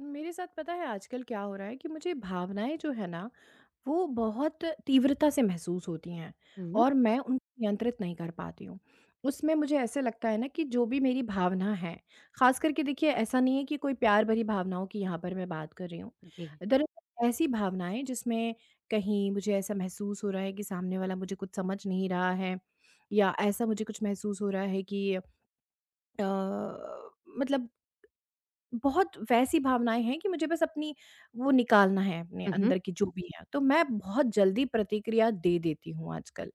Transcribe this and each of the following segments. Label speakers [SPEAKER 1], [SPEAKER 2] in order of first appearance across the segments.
[SPEAKER 1] मेरे साथ पता है आजकल क्या हो रहा है कि मुझे भावनाएँ जो है ना, वो बहुत तीव्रता से महसूस होती हैं
[SPEAKER 2] हुँ,
[SPEAKER 1] और मैं उनको नियंत्रित नहीं कर पाती हूँ। उसमें मुझे ऐसे लगता है ना कि जो भी मेरी भावना है, ख़ास करके देखिए ऐसा नहीं है कि कोई प्यार भरी भावनाओं की यहाँ पर मैं बात कर रही हूँ।
[SPEAKER 2] जी।
[SPEAKER 1] दरअसल ऐसी भावनाएँ जिसमें कहीं मुझे ऐसा महसूस हो रहा है कि सामने वाला मुझे कुछ समझ नहीं रहा है, या ऐसा मुझे कुछ महसूस हो रहा है कि मतलब बहुत वैसी भावनाएँ हैं कि मुझे बस अपनी वो निकालना है, अपने
[SPEAKER 2] हुँ, हुँ,
[SPEAKER 1] अंदर की जो भी है, तो मैं बहुत जल्दी प्रतिक्रिया दे देती हूँ आजकल।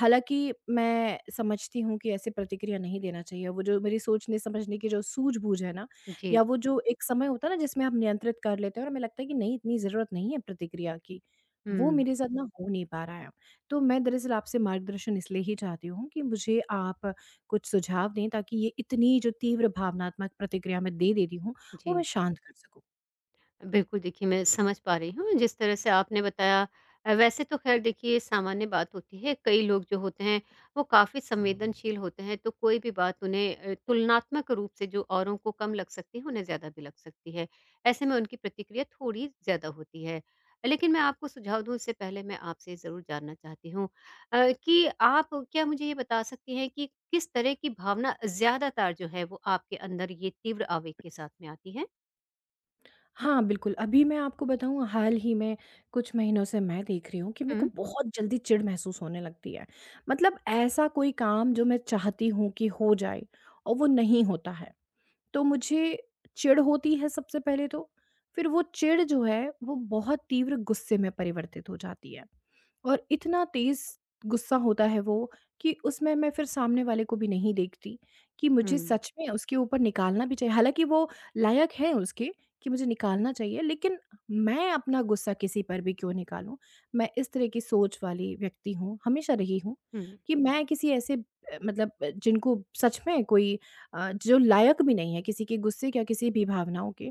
[SPEAKER 1] हालाँकि मैं समझती हूँ कि ऐसे प्रतिक्रिया नहीं देना चाहिए, वो जो मेरी सोचने-समझने की जो सूझबूझ है ना,
[SPEAKER 2] जी।
[SPEAKER 1] या वो जो एक समय होता है ना जिसमें आप नियंत्रित कर लेते हो और हमें लगता है कि नहीं, इतनी ज़रूरत नहीं है प्रतिक्रिया की, वो
[SPEAKER 2] हुँ,
[SPEAKER 1] मेरे साथ ना हो नहीं पा रहा है। तो मैं दरअसल आपसे मार्गदर्शन इसलिए ही चाहती हूँ कि मुझे आप कुछ सुझाव दें, ताकि ये इतनी जो तीव्र भावनात्मक प्रतिक्रिया मैं दे देती हूँ, वो
[SPEAKER 2] जी।
[SPEAKER 1] मैं शांत कर सकूँ।
[SPEAKER 2] बिल्कुल, देखिए मैं समझ पा रही हूँ जिस तरह से आपने बताया। वैसे तो ख़ैर देखिए सामान्य बात होती है, कई लोग जो होते हैं वो काफ़ी संवेदनशील होते हैं तो कोई भी बात उन्हें तुलनात्मक रूप से जो औरों को कम लग सकती है, उन्हें ज़्यादा भी लग सकती है। ऐसे में उनकी प्रतिक्रिया थोड़ी ज़्यादा होती है। लेकिन मैं आपको सुझाव दूँ इससे पहले मैं आपसे ज़रूर जानना चाहती हूँ कि आप क्या मुझे ये बता सकती हैं कि किस तरह की भावना ज़्यादातर जो है वो आपके अंदर ये तीव्र आवेग के साथ में आती है?
[SPEAKER 1] हाँ, बिल्कुल, अभी मैं आपको बताऊँ, हाल ही में कुछ महीनों से मैं देख रही हूँ कि मेरे को
[SPEAKER 2] हुँ।
[SPEAKER 1] बहुत जल्दी चिढ़ महसूस होने लगती है। मतलब ऐसा कोई काम जो मैं चाहती हूँ कि हो जाए और वो नहीं होता है। तो मुझे चिढ़ होती है सबसे पहले तो, फिर वो चिढ़ जो है वो बहुत तीव्र गुस्से में परिवर्तित हो जाती है और इतना तेज़ गुस्सा होता है वो, कि उसमें मैं फिर सामने वाले को भी नहीं देखती कि
[SPEAKER 2] हुँ,
[SPEAKER 1] मुझे सच में उसके ऊपर निकालना भी चाहिए। हालाँकि वो लायक है उसके कि मुझे निकालना चाहिए, लेकिन मैं अपना गुस्सा किसी पर भी क्यों निकालूँ? मैं इस तरह की सोच वाली व्यक्ति हूँ, हमेशा रही हूँ,
[SPEAKER 2] हुँ।
[SPEAKER 1] कि मैं किसी ऐसे मतलब जिनको सच में कोई जो लायक भी नहीं है किसी के गुस्से या किसी भी भावनाओं के,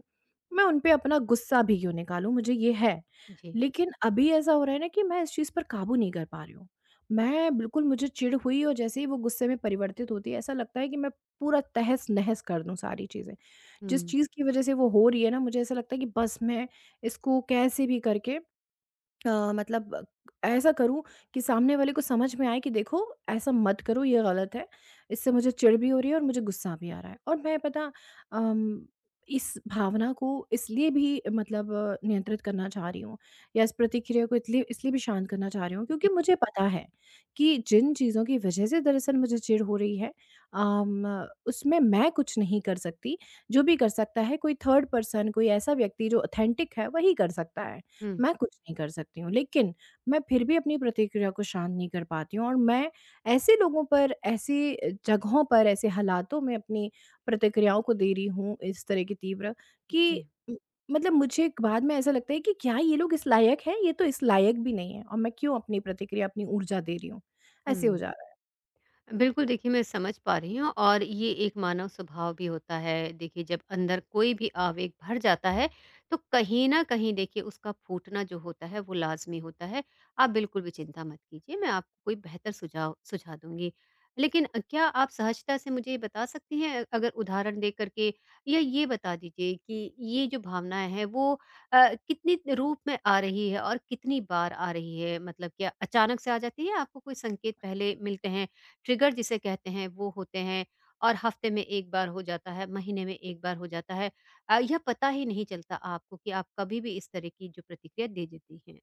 [SPEAKER 1] मैं उन पे अपना गुस्सा भी क्यों निकालूँ, मुझे ये है।
[SPEAKER 2] जी।
[SPEAKER 1] लेकिन अभी ऐसा हो रहा है ना कि मैं इस चीज़ पर काबू नहीं कर पा रही हूँ। मैं बिल्कुल, मुझे चिढ़ हुई और जैसे ही वो गुस्से में परिवर्तित होती है, ऐसा लगता है कि मैं पूरा तहस-नहस कर दूँ सारी चीज़ें। जिस
[SPEAKER 2] हुँ।
[SPEAKER 1] चीज़ की वज़ह से वो हो रही है ना, मुझे ऐसा लगता है कि बस मैं इसको कैसे भी करके मतलब ऐसा करूँ कि सामने वाले को समझ में आए कि देखो, ऐसा मत करो, ये गलत है। इससे मुझे चिढ़ भी हो रही है और मुझे गुस्सा भी आ रहा है। और मैं पता अम, इस भावना को इसलिए भी मतलब नियंत्रित करना चाह रही हूँ, या इस प्रतिक्रिया को इसलिए इसलिए भी शांत करना चाह रही हूँ,
[SPEAKER 2] जी।
[SPEAKER 1] क्योंकि मुझे पता है कि जिन चीज़ों की वजह से दरअसल मुझे चिढ़ हो रही है अम, उसमें मैं कुछ नहीं कर सकती। जो भी कर सकता है कोई थर्ड पर्सन, कोई ऐसा व्यक्ति जो ऑथेंटिक है वही कर सकता है।
[SPEAKER 2] हुँ,
[SPEAKER 1] मैं कुछ नहीं कर सकती हूँ। लेकिन मैं फिर भी अपनी प्रतिक्रिया को शांत नहीं कर पाती हूँ, और मैं ऐसे लोगों पर, ऐसी जगहों पर, ऐसे हालातों में अपनी प्रतिक्रियाओं को दे रही हूँ, इस तरह की तीव्र कि
[SPEAKER 2] जी।
[SPEAKER 1] म मतलब मुझे एक बाद में ऐसा लगता है कि क्या ये लोग इस लायक हैं? ये तो इस लायक भी नहीं है, और मैं क्यों अपनी प्रतिक्रिया, अपनी ऊर्जा दे रही हूँ?
[SPEAKER 2] हुँ।
[SPEAKER 1] ऐसे हो जा
[SPEAKER 2] बिल्कुल देखिए मैं समझ पा रही हूँ और ये एक मानव स्वभाव भी होता है। देखिए जब अंदर कोई भी आवेग भर जाता है तो कहीं ना कहीं देखिए उसका फूटना जो होता है वो लाजमी होता है। आप बिल्कुल भी चिंता मत कीजिए, मैं आपको कोई बेहतर सुझाव सुझा दूंगी। लेकिन क्या आप सहजता से मुझे ये बता सकती हैं, अगर उदाहरण दे करके या ये बता दीजिए कि ये जो भावनाएं हैं वो कितनी रूप में आ रही है और कितनी बार आ रही है, मतलब क्या अचानक से आ जाती है या आपको कोई संकेत पहले मिलते हैं? ट्रिगर जिसे कहते हैं वो होते हैं, और हफ्ते में एक बार हो जाता है, महीने में एक बार हो जाता है। यह पता ही नहीं चलता आपको कि आप कभी भी इस तरह की जो प्रतिक्रिया दे देती हैं।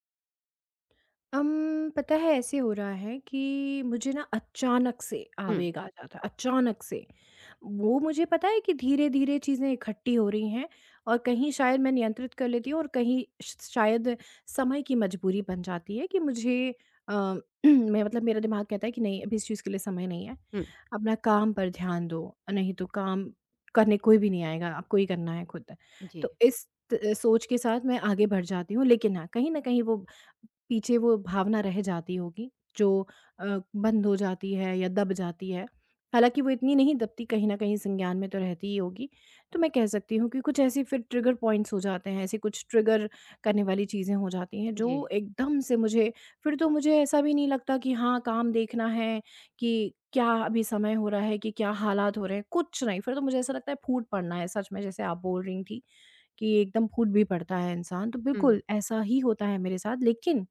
[SPEAKER 1] पता है, ऐसे हो रहा है कि मुझे ना अचानक से
[SPEAKER 2] हुँ,
[SPEAKER 1] आवेग आ जाता है, अचानक से। वो मुझे पता है कि धीरे-धीरे चीज़ें इकट्ठी हो रही हैं, और कहीं शायद मैं नियंत्रित कर लेती हूँ और कहीं श शायद समय की मजबूरी बन जाती है कि मुझे अ, मैं मतलब मेरा दिमाग कहता है कि नहीं, अभी इस चीज़ के लिए समय नहीं है।
[SPEAKER 2] हुँ।
[SPEAKER 1] अपना काम पर ध्यान दो, नहीं तो काम करने कोई भी नहीं आएगा, आपको ही करना है खुद।
[SPEAKER 2] जी,
[SPEAKER 1] तो इस त सोच के साथ मैं आगे बढ़ जाती हूँ, लेकिन हाँ, कहीं न कहीं वो पीछे वो भावना रह जाती होगी, जो अ, बंद हो जाती है या दब जाती है। हालाँकि वो इतनी नहीं दबती, कहीं न कहीं संज्ञान में तो रहती ही होगी। तो मैं कह सकती हूँ कि कुछ ऐसे फिर ट्रिगर पॉइंट्स हो जाते हैं, ऐसे कुछ ट्रिगर करने वाली चीज़ें हो जाती हैं,
[SPEAKER 2] जी।
[SPEAKER 1] जो एकदम से मुझे फिर तो मुझे ऐसा भी नहीं लगता कि हाँ, काम देखना है कि क्या अभी समय हो रहा है कि क्या हालात हो रहे हैं, कुछ नहीं। फिर तो मुझे ऐसा लगता है फूट पड़ना है, सच में जैसे आप बोल रही थीं कि एकदम फूट भी पड़ता है इंसान। तो
[SPEAKER 2] हुँ,
[SPEAKER 1] बिल्कुल ऐसा ही होता है मेरे साथ, लेकिन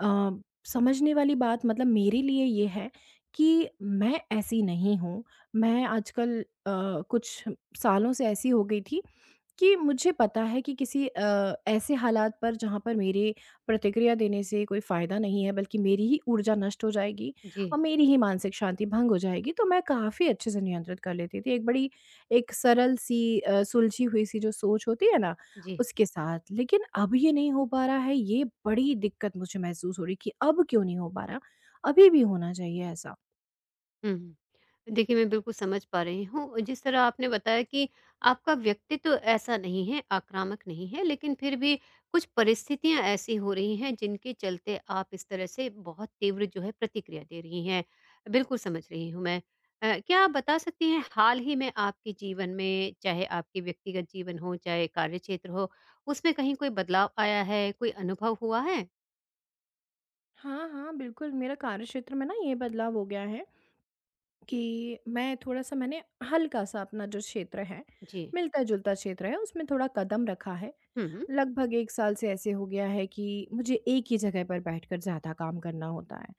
[SPEAKER 1] अ, समझने वाली बात मतलब मेरे लिए ये है कि मैं ऐसी नहीं हूँ। मैं आजकल कुछ सालों से ऐसी हो गई थी, कि मुझे पता है कि किसी ऐसे हालात पर जहाँ पर मेरे प्रतिक्रिया देने से कोई फ़ायदा नहीं है, बल्कि मेरी ही ऊर्जा नष्ट हो जाएगी
[SPEAKER 2] जी,
[SPEAKER 1] और मेरी ही मानसिक शांति भंग हो जाएगी, तो मैं काफ़ी अच्छे से नियंत्रित कर लेती थी। एक बड़ी, एक सरल सी सुलझी हुई सी जो सोच होती है ना,
[SPEAKER 2] जी।
[SPEAKER 1] उसके साथ। लेकिन अब ये नहीं हो पा रहा है, ये बड़ी दिक्कत मुझे महसूस हो रही कि अब क्यों नहीं हो पा रहा? अभी भी होना चाहिए ऐसा।
[SPEAKER 2] हुँ। देखिए, मैं बिल्कुल समझ पा रही हूँ। जिस तरह आपने बताया कि आपका व्यक्तित्व ऐसा नहीं है, आक्रामक नहीं है, लेकिन फिर भी कुछ परिस्थितियाँ ऐसी हो रही हैं, जिनके चलते आप इस तरह से बहुत तीव्र जो है प्रतिक्रिया दे रही हैं। बिल्कुल समझ रही हूँ मैं। क्या आप बता सकती हैं हाल ही में आपके जीवन में, चाहे आपके व्यक्तिगत जीवन हो, चाहे कार्य क्षेत्र हो, उसमें कहीं कोई बदलाव आया है, कोई अनुभव हुआ है?
[SPEAKER 1] हाँ, हाँ, बिल्कुल, मेरा कार्यक्षेत्र में ना ये बदलाव हो गया है कि मैं थोड़ा-सा मैंने हल्का-सा अपना जो क्षेत्र है,
[SPEAKER 2] जी।
[SPEAKER 1] मिलता-जुलता क्षेत्र है, उसमें थोड़ा कदम रखा है।
[SPEAKER 2] हुँ, हुँ।
[SPEAKER 1] लगभग 1 साल से ऐसे हो गया है कि मुझे एक ही जगह पर बैठकर ज़्यादा काम करना होता है।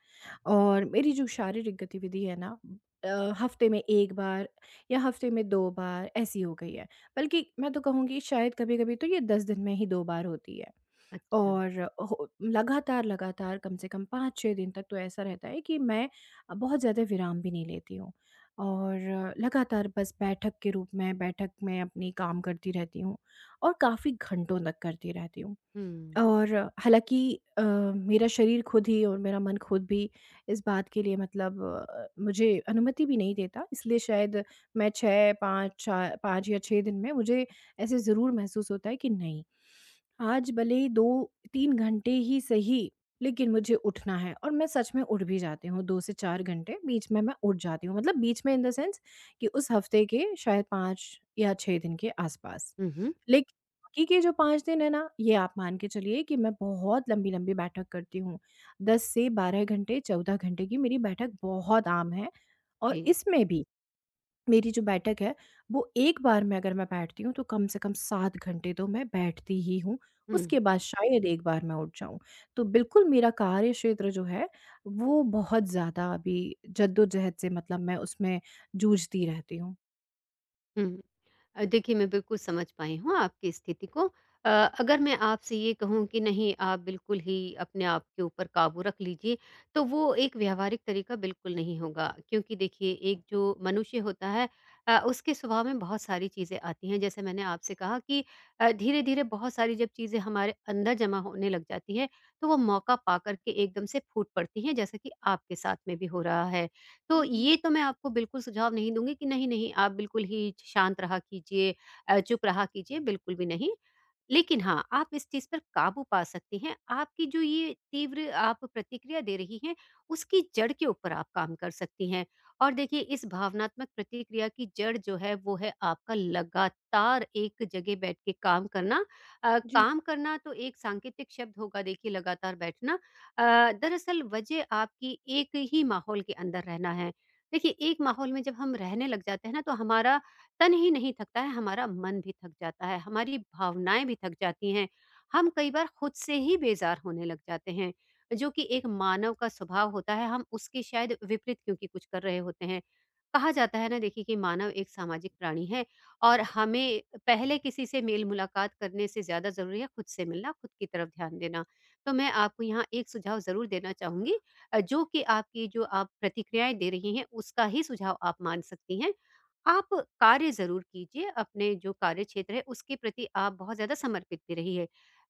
[SPEAKER 1] और मेरी जो शारीरिक गतिविधि है ना, अ, हफ्ते में 1 बार या हफ्ते में 2 बार ऐसी हो गई है। बल्कि मैं तो कहूँगी शायद कभी-कभी तो ये 10 दिन में ही 2 बार होती है।
[SPEAKER 2] अच्छा।
[SPEAKER 1] और हो लगातार, लगातार कम से कम 5-6 दिन तक तो ऐसा रहता है कि मैं बहुत ज़्यादा विराम भी नहीं लेती हूँ। और लगातार बस बैठक के रूप में बैठक में अपनी काम करती रहती हूँ, और काफ़ी घंटों तक करती रहती हूँ।
[SPEAKER 2] हुँ।
[SPEAKER 1] और हालाँकि अ, मेरा शरीर खुद ही और मेरा मन खुद भी इस बात के लिए मतलब मुझे अनुमति भी नहीं देता, इसलिए शायद मैं 6, 5, 4 5 या 6 दिन में मुझे ऐसे ज़रूर महसूस होता है कि नहीं, आज भले ही 2-3 घंटे ही सही, लेकिन मुझे उठना है, और मैं सच में उठ भी जाती हूँ, 2 से 4 घंटे बीच में मैं उठ जाती हूँ। मतलब बीच में इन द सेंस कि उस हफ़्ते के शायद 5 या 6 दिन के आस-पास।
[SPEAKER 2] हुँ, हुँ।
[SPEAKER 1] बाकी के जो 5 दिन है ना, ये आप मान के चलिए कि मैं बहुत लंबी-लंबी बैठक करती हूँ। 10 से 12 घंटे, 14 घंटे की मेरी बैठक बहुत आम है, और
[SPEAKER 2] जी।
[SPEAKER 1] इसमें भी मेरी जो बैठक है, वो एक बार में अगर मैं बैठती हूँ, तो कम से कम 7 घंटे तो मैं बैठती ही हूँ।
[SPEAKER 2] हुँ,
[SPEAKER 1] उसके बाद शायद एक बार मैं उठ जाऊँ। तो बिल्कुल मेरा कार्य क्षेत्र जो है, वो बहुत ज़्यादा अभी जद्दोजहद से मतलब मैं उसमें जूझती रहती हूँ।
[SPEAKER 2] हुँ। देखिए, मैं बिल्कुल समझ पाई हूँ आपकी स्थिति को। अ, अगर मैं आपसे ये कहूँ कि नहीं, आप बिल्कुल ही अपने आप के ऊपर काबू रख लीजिए, तो वो एक व्यावहारिक तरीका बिल्कुल नहीं होगा। क्योंकि देखिए, एक जो मनुष्य होता है उसके स्वभाव में बहुत सारी चीज़ें आती हैं। जैसे मैंने आपसे कहा कि धीरे-धीरे बहुत सारी जब चीज़ें हमारे अंदर जमा होने लग जाती हैं, तो वो मौका पा कर के एकदम से फूट पड़ती हैं, जैसा कि आपके साथ में भी हो रहा है। तो
[SPEAKER 1] हुँ, हुँ।
[SPEAKER 2] ये तो मैं आपको बिल्कुल सुझाव नहीं दूँगी कि नहीं, नहीं, आप बिल्कुल ही शांत रहा कीजिए, चुप रहा कीजिए, बिल्कुल भी नहीं। लेकिन हाँ, आप इस चीज़ पर काबू पा सकती हैं। आपकी जो ये तीव्र आप प्रतिक्रिया दे रही हैं, उसकी जड़ के ऊपर आप काम कर सकती हैं। और देखिए इस भावनात्मक प्रतिक्रिया की जड़ जो है वो है आपका लगातार एक जगह बैठ के काम करना।
[SPEAKER 1] जी।
[SPEAKER 2] काम करना तो एक सांकेतिक शब्द होगा, देखिए लगातार बैठना। अ, दरअसल वजह आपकी एक ही माहौल के अंदर रहना है। देखिए एक माहौल में जब हम रहने लग जाते हैं ना तो हमारा तन ही नहीं थकता है, हमारा मन भी थक जाता है, हमारी भावनाएँ भी थक जाती हैं। हम कई बार खुद से ही बेज़ार होने लग जाते हैं, जो कि एक मानव का स्वभाव होता है, हम उसके शायद विपरीत क्योंकि कुछ कर रहे होते हैं। कहा जाता है ना देखिए कि मानव एक सामाजिक प्राणी है और हमें पहले किसी से मेल-मुलाकात करने से ज़्यादा ज़रूरी है खुद से मिलना, खुद की तरफ ध्यान देना। तो मैं आपको यहाँ एक सुझाव ज़रूर देना चाहूँगी, जो कि आपकी जो आप प्रतिक्रियाएँ दे रही हैं, उसका ही सुझाव आप मान सकती हैं। आप कार्य ज़रूर कीजिए, अपने जो कार्य क्षेत्र है उसके प्रति आप बहुत ज़्यादा समर्पित भी रहिए।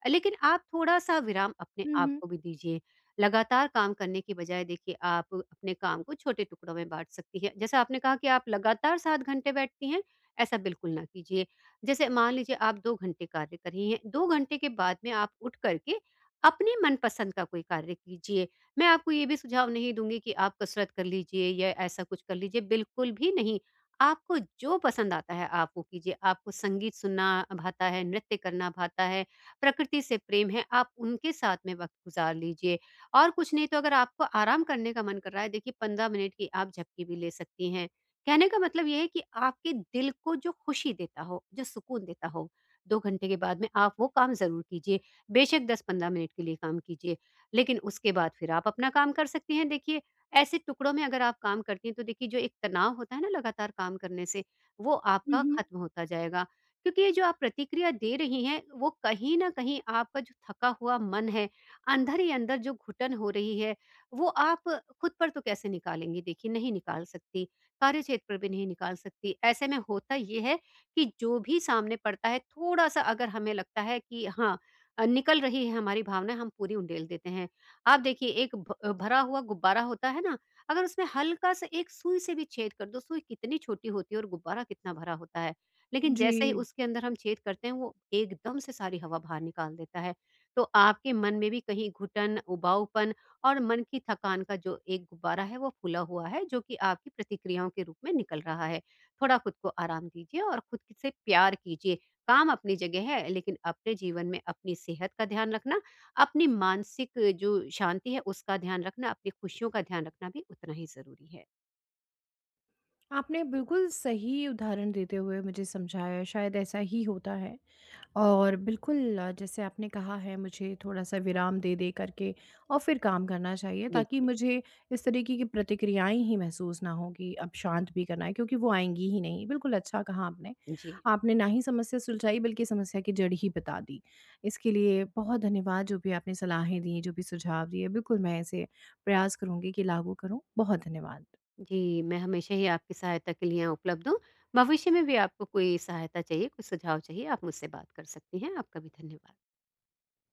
[SPEAKER 2] लेकिन आप थोड़ा-सा विराम अपने
[SPEAKER 1] हुँ,
[SPEAKER 2] आप
[SPEAKER 1] हुँ।
[SPEAKER 2] को भी दीजिए। लगातार काम करने की बजाय देखिए आप अपने काम को छोटे टुकड़ों में बाँट सकती हैं। जैसा आपने कहा कि आप लगातार 7 घंटे बैठती हैं, ऐसा बिल्कुल ना कीजिए। जैसे मान लीजिए आप 2 घंटे कार्य कर रही हैं, 2 घंटे के बाद में आप उठ कर के अपने मनपसंद का कोई कार्य कीजिए। मैं आपको ये भी सुझाव नहीं दूँगी कि आप कसरत कर लीजिए या ऐसा कुछ कर लीजिए, बिल्कुल भी नहीं। आपको जो पसंद आता है आप वो कीजिए। आपको संगीत सुनना भाता है, नृत्य करना भाता है, प्रकृति से प्रेम है, आप उनके साथ में वक़्त गुज़ार लीजिए। और कुछ नहीं तो अगर आपको आराम करने का मन कर रहा है, देखिए 15 मिनट की आप झपकी भी ले सकती हैं। कहने का मतलब ये है कि आपके दिल को जो खुशी देता हो, जो सुकून देता हो, 2 घंटे के बाद में आप वो काम ज़रूर कीजिए। बेशक 10-15 मिनट के लिए काम कीजिए, लेकिन उसके बाद फिर आप अपना काम कर सकती हैं। देखिए ऐसे टुकड़ों में अगर आप काम करती हैं तो देखिए जो एक तनाव होता है ना लगातार काम करने से वो
[SPEAKER 1] हुँ,
[SPEAKER 2] आपका
[SPEAKER 1] हुँ।
[SPEAKER 2] खत्म होता जाएगा। क्योंकि ये जो आप प्रतिक्रिया दे रही हैं वो कहीं न कहीं आपका जो थका हुआ मन है, अंदर ही अंदर जो घुटन हो रही है, वो आप खुद पर तो कैसे निकालेंगी, देखिए नहीं निकाल सकती, कार्यक्षेत्र पर भी नहीं निकाल सकती। ऐसे में होता ये है कि जो भी सामने पड़ता है थोड़ा-सा अगर हमें लगता है कि हाँ निकल रही है हमारी भावना, हम पूरी उंडेल देते हैं। आप देखिए एक भरा हुआ गुब्बारा होता है ना, अगर उसमें हल्का-सा एक सुई से भी छेद कर दो, सुई कितनी छोटी होती है और गुब्बारा कितना भरा होता है। लेकिन जैसे ही
[SPEAKER 1] जी।
[SPEAKER 2] उसके अंदर हम छेद करते हैं, वो एकदम से सारी हवा बाहर निकाल देता है। तो आपके मन में भी कहीं घुटन, उबाऊपन और मन की थकान का जो एक गुब्बारा है, वो फूला हुआ है, जो कि आपकी प्रतिक्रियाओं के रूप में निकल रहा है। थोड़ा खुद को आराम दीजिए और खुद से प्यार कीजिए। काम अपनी जगह है, लेकिन अपने जीवन में अपनी सेहत का ध्यान रखना, अपनी मानसिक जो शांति है उसका ध्यान रखना, अपनी खुशियों का ध्यान रखना भी उतना ही ज़रूरी है।
[SPEAKER 1] आपने बिल्कुल सही उदाहरण देते हुए मुझे समझाया, शायद ऐसा ही होता है। और बिल्कुल जैसे आपने कहा है, मुझे थोड़ा सा विराम दे दे करके और फिर काम करना चाहिए, ताकि
[SPEAKER 2] बिल्कुल,
[SPEAKER 1] मुझे इस तरीके की प्रतिक्रियाएं ही महसूस ना हो कि अब शांत भी करना है, क्योंकि वो आएंगी ही नहीं। बिल्कुल अच्छा कहा आपने।
[SPEAKER 2] जी।
[SPEAKER 1] आपने ना ही समस्या सुलझाई, बल्कि समस्या की जड़ ही बता दी। इसके लिए बहुत धन्यवाद। जो भी आपने सलाहें दी, जो भी सुझाव दिए, बिल्कुल मैं इसे प्रयास करूंगी कि लागू करूँ। बहुत धन्यवाद।
[SPEAKER 2] जी, मैं हमेशा ही आपकी सहायता के लिए यहाँ उपलब्ध हूँ। भविष्य में भी आपको कोई सहायता चाहिए, कोई सुझाव चाहिए, आप मुझसे बात कर सकती हैं। आपका भी धन्यवाद।